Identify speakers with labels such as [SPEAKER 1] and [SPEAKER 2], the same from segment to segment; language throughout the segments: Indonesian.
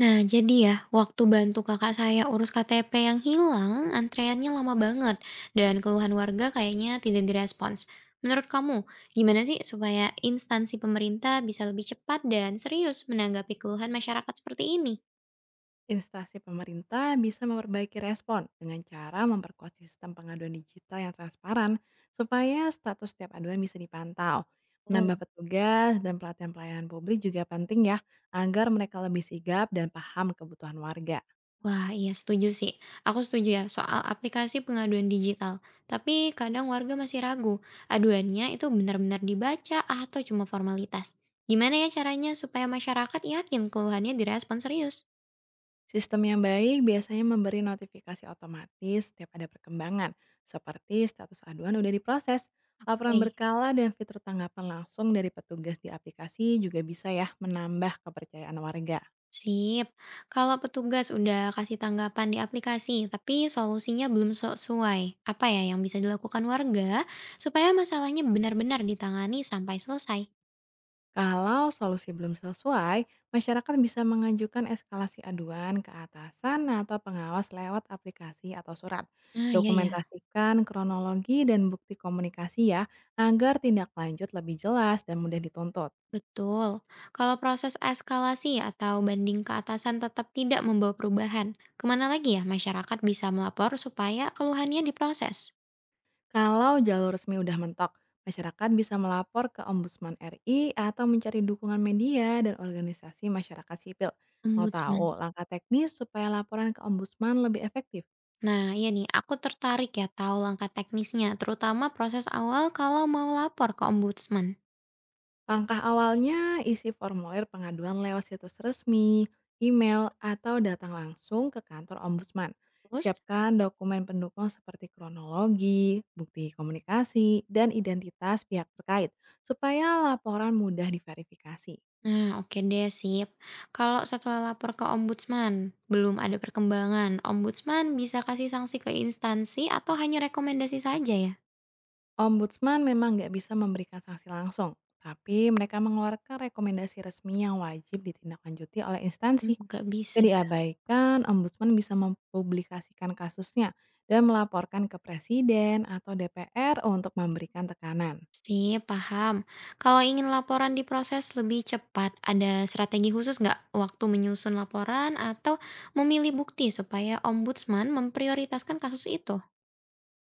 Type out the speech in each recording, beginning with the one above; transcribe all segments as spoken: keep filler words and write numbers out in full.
[SPEAKER 1] Nah, jadi ya, waktu bantu kakak saya urus K T P yang hilang, antreannya lama banget, dan keluhan warga kayaknya tidak direspons. Menurut kamu, gimana sih supaya instansi pemerintah bisa lebih cepat dan serius menanggapi keluhan masyarakat seperti ini?
[SPEAKER 2] Instansi pemerintah bisa memperbaiki respon dengan cara memperkuat sistem pengaduan digital yang transparan supaya status setiap aduan bisa dipantau.
[SPEAKER 1] Betul.
[SPEAKER 2] Menambah petugas dan pelatihan pelayanan publik juga penting ya, agar mereka lebih sigap dan paham kebutuhan warga.
[SPEAKER 1] Wah, iya setuju sih. Aku setuju ya soal aplikasi pengaduan digital. Tapi kadang warga masih ragu, aduannya itu benar-benar dibaca atau cuma formalitas. Gimana ya caranya supaya masyarakat yakin keluhannya direspon serius?
[SPEAKER 2] Sistem yang baik biasanya memberi notifikasi otomatis setiap ada perkembangan, seperti status aduan udah diproses. Laporan
[SPEAKER 1] Oke.
[SPEAKER 2] berkala dan fitur tanggapan langsung dari petugas di aplikasi juga bisa ya menambah kepercayaan warga.
[SPEAKER 1] Sip. Kalau petugas udah kasih tanggapan di aplikasi, tapi solusinya belum sesuai, apa ya yang bisa dilakukan warga supaya masalahnya benar-benar ditangani sampai selesai?
[SPEAKER 2] Kalau solusi belum sesuai, masyarakat bisa mengajukan eskalasi aduan ke atasan atau pengawas lewat aplikasi atau surat.
[SPEAKER 1] Nah, ya ya,
[SPEAKER 2] Dokumentasikan kronologi dan bukti komunikasi ya, agar tindak lanjut lebih jelas dan mudah dituntut.
[SPEAKER 1] betul. Kalau proses eskalasi atau banding ke atasan tetap tidak membawa perubahan, kemana lagi ya masyarakat bisa melapor supaya keluhannya diproses?
[SPEAKER 2] Kalau jalur resmi udah mentok, masyarakat bisa melapor ke Ombudsman R I atau mencari dukungan media dan organisasi masyarakat sipil. Mau
[SPEAKER 1] Ombudsman.
[SPEAKER 2] tahu langkah teknis supaya laporan ke Ombudsman lebih efektif?
[SPEAKER 1] Nah, iya nih, aku tertarik ya tahu langkah teknisnya, terutama proses awal kalau mau lapor ke ombudsman.
[SPEAKER 2] Langkah awalnya isi formulir pengaduan lewat situs resmi, email, atau datang langsung ke kantor ombudsman.
[SPEAKER 1] Terus?
[SPEAKER 2] Siapkan dokumen pendukung seperti kronologi, bukti komunikasi, dan identitas pihak terkait supaya laporan mudah diverifikasi.
[SPEAKER 1] Nah, oke deh, sip. Kalau setelah lapor ke ombudsman, belum ada perkembangan, ombudsman bisa kasih sanksi ke instansi atau hanya rekomendasi saja ya?
[SPEAKER 2] Ombudsman memang nggak bisa memberikan sanksi langsung, tapi mereka mengeluarkan rekomendasi resmi yang wajib ditindaklanjuti oleh
[SPEAKER 1] Hmm,
[SPEAKER 2] instansi.
[SPEAKER 1] nggak bisa.
[SPEAKER 2] Jika diabaikan, ombudsman bisa mempublikasikan kasusnya dan melaporkan ke presiden atau D P R untuk memberikan tekanan.
[SPEAKER 1] Sip, paham. Kalau ingin laporan diproses lebih cepat, ada strategi khusus nggak waktu menyusun laporan atau memilih bukti supaya ombudsman memprioritaskan kasus itu?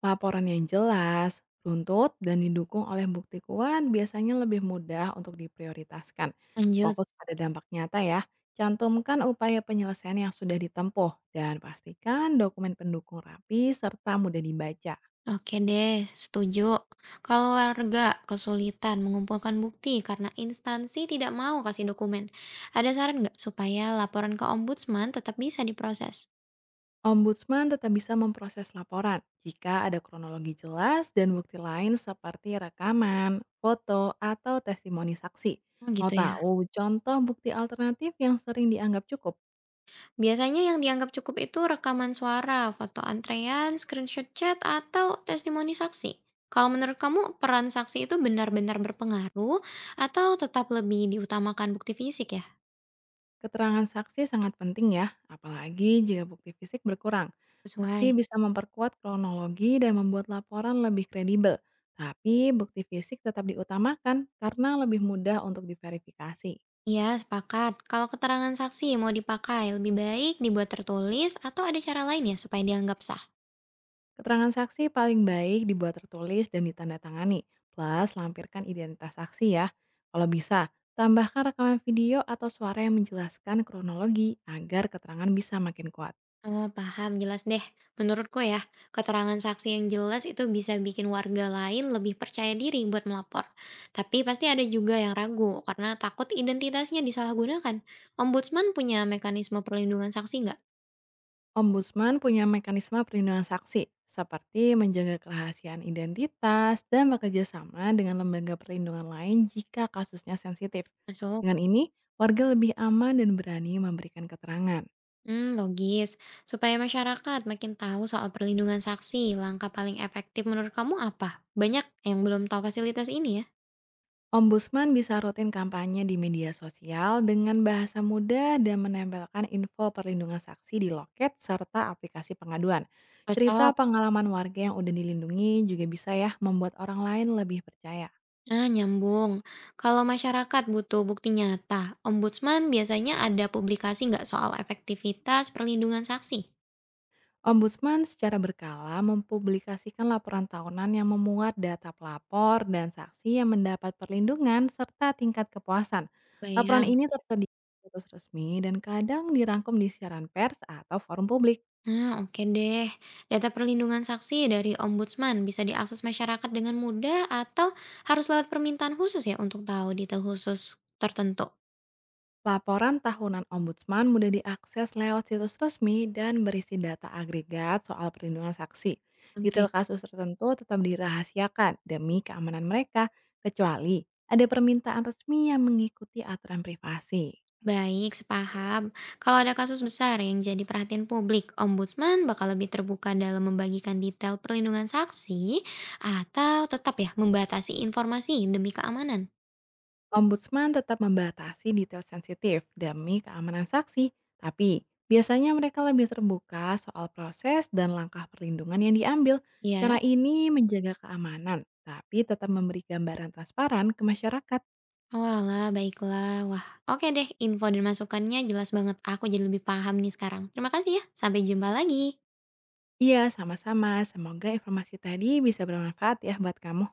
[SPEAKER 2] Laporan yang jelas, runtut, dan didukung oleh bukti kuat biasanya lebih mudah untuk diprioritaskan.
[SPEAKER 1] Lanjut.
[SPEAKER 2] Fokus pada dampak nyata ya, cantumkan upaya penyelesaian yang sudah ditempuh, dan pastikan dokumen pendukung rapi serta mudah dibaca.
[SPEAKER 1] Oke deh, setuju. Kalau warga kesulitan mengumpulkan bukti karena instansi tidak mau kasih dokumen, ada saran nggak supaya laporan ke ombudsman tetap bisa diproses?
[SPEAKER 2] Ombudsman tetap bisa memproses laporan jika ada kronologi jelas dan bukti lain seperti rekaman, foto, atau testimoni saksi.
[SPEAKER 1] Oh
[SPEAKER 2] Mau
[SPEAKER 1] gitu ya.
[SPEAKER 2] tahu contoh bukti alternatif yang sering dianggap cukup?
[SPEAKER 1] Biasanya yang dianggap cukup itu rekaman suara, foto antrean, screenshot chat, atau testimoni saksi. Kalau menurut kamu, peran saksi itu benar-benar berpengaruh atau tetap lebih diutamakan bukti fisik ya?
[SPEAKER 2] Keterangan saksi sangat penting ya, apalagi jika bukti fisik berkurang.
[SPEAKER 1] Sesuai.
[SPEAKER 2] Saksi bisa memperkuat kronologi dan membuat laporan lebih kredibel. Tapi bukti fisik tetap diutamakan karena lebih mudah untuk diverifikasi.
[SPEAKER 1] Iya, sepakat. Kalau keterangan saksi mau dipakai, lebih baik dibuat tertulis atau ada cara lain ya supaya dianggap sah.
[SPEAKER 2] Keterangan saksi paling baik dibuat tertulis dan ditandatangani, plus lampirkan identitas saksi ya. Kalau bisa, tambahkan rekaman video atau suara yang menjelaskan kronologi agar keterangan bisa makin kuat.
[SPEAKER 1] Oh, paham. Jelas deh. Menurutku ya, keterangan saksi yang jelas itu bisa bikin warga lain lebih percaya diri buat melapor. Tapi pasti ada juga yang ragu karena takut identitasnya disalahgunakan. Ombudsman punya mekanisme perlindungan saksi nggak?
[SPEAKER 2] Ombudsman punya mekanisme perlindungan saksi, seperti menjaga kerahasiaan identitas dan bekerja sama dengan lembaga perlindungan lain jika kasusnya sensitif.
[SPEAKER 1] Masuk.
[SPEAKER 2] Dengan ini, warga lebih aman dan berani memberikan keterangan.
[SPEAKER 1] Hmm, logis. Supaya masyarakat makin tahu soal perlindungan saksi, langkah paling efektif menurut kamu apa? Banyak yang belum tahu fasilitas ini ya.
[SPEAKER 2] Ombudsman bisa rutin kampanye di media sosial dengan bahasa mudah dan menempelkan info perlindungan saksi di loket serta aplikasi pengaduan. Cerita
[SPEAKER 1] Cocok.
[SPEAKER 2] pengalaman warga yang udah dilindungi juga bisa ya membuat orang lain lebih percaya.
[SPEAKER 1] Nah, nyambung. Kalau masyarakat butuh bukti nyata, ombudsman biasanya ada publikasi nggak soal efektivitas perlindungan saksi?
[SPEAKER 2] Ombudsman secara berkala mempublikasikan laporan tahunan yang memuat data pelapor dan saksi yang mendapat perlindungan serta tingkat kepuasan. Laporan
[SPEAKER 1] Bayang.
[SPEAKER 2] ini tersedia di situs resmi dan kadang dirangkum di siaran pers atau forum publik.
[SPEAKER 1] Nah, oke deh. Data perlindungan saksi dari ombudsman bisa diakses masyarakat dengan mudah atau harus lewat permintaan khusus ya untuk tahu detail khusus tertentu?
[SPEAKER 2] Laporan tahunan ombudsman mudah diakses lewat situs resmi dan berisi data agregat soal perlindungan saksi.
[SPEAKER 1] Oke.
[SPEAKER 2] Detail kasus tertentu tetap dirahasiakan demi keamanan mereka, kecuali ada permintaan resmi yang mengikuti aturan privasi.
[SPEAKER 1] Baik, sepaham. Kalau ada kasus besar yang jadi perhatian publik, ombudsman bakal lebih terbuka dalam membagikan detail perlindungan saksi atau tetap ya membatasi informasi demi keamanan.
[SPEAKER 2] Ombudsman tetap membatasi detail sensitif demi keamanan saksi, tapi biasanya mereka lebih terbuka soal proses dan langkah perlindungan yang diambil.
[SPEAKER 1] Ya,
[SPEAKER 2] Cara ini menjaga keamanan, tapi tetap memberi gambaran transparan ke masyarakat.
[SPEAKER 1] walah, baiklah. Wah, oke deh. Info dan masukannya jelas banget. Aku jadi lebih paham nih sekarang. Terima kasih ya. Sampai jumpa lagi.
[SPEAKER 2] Iya, sama-sama. Semoga informasi tadi bisa bermanfaat ya buat kamu.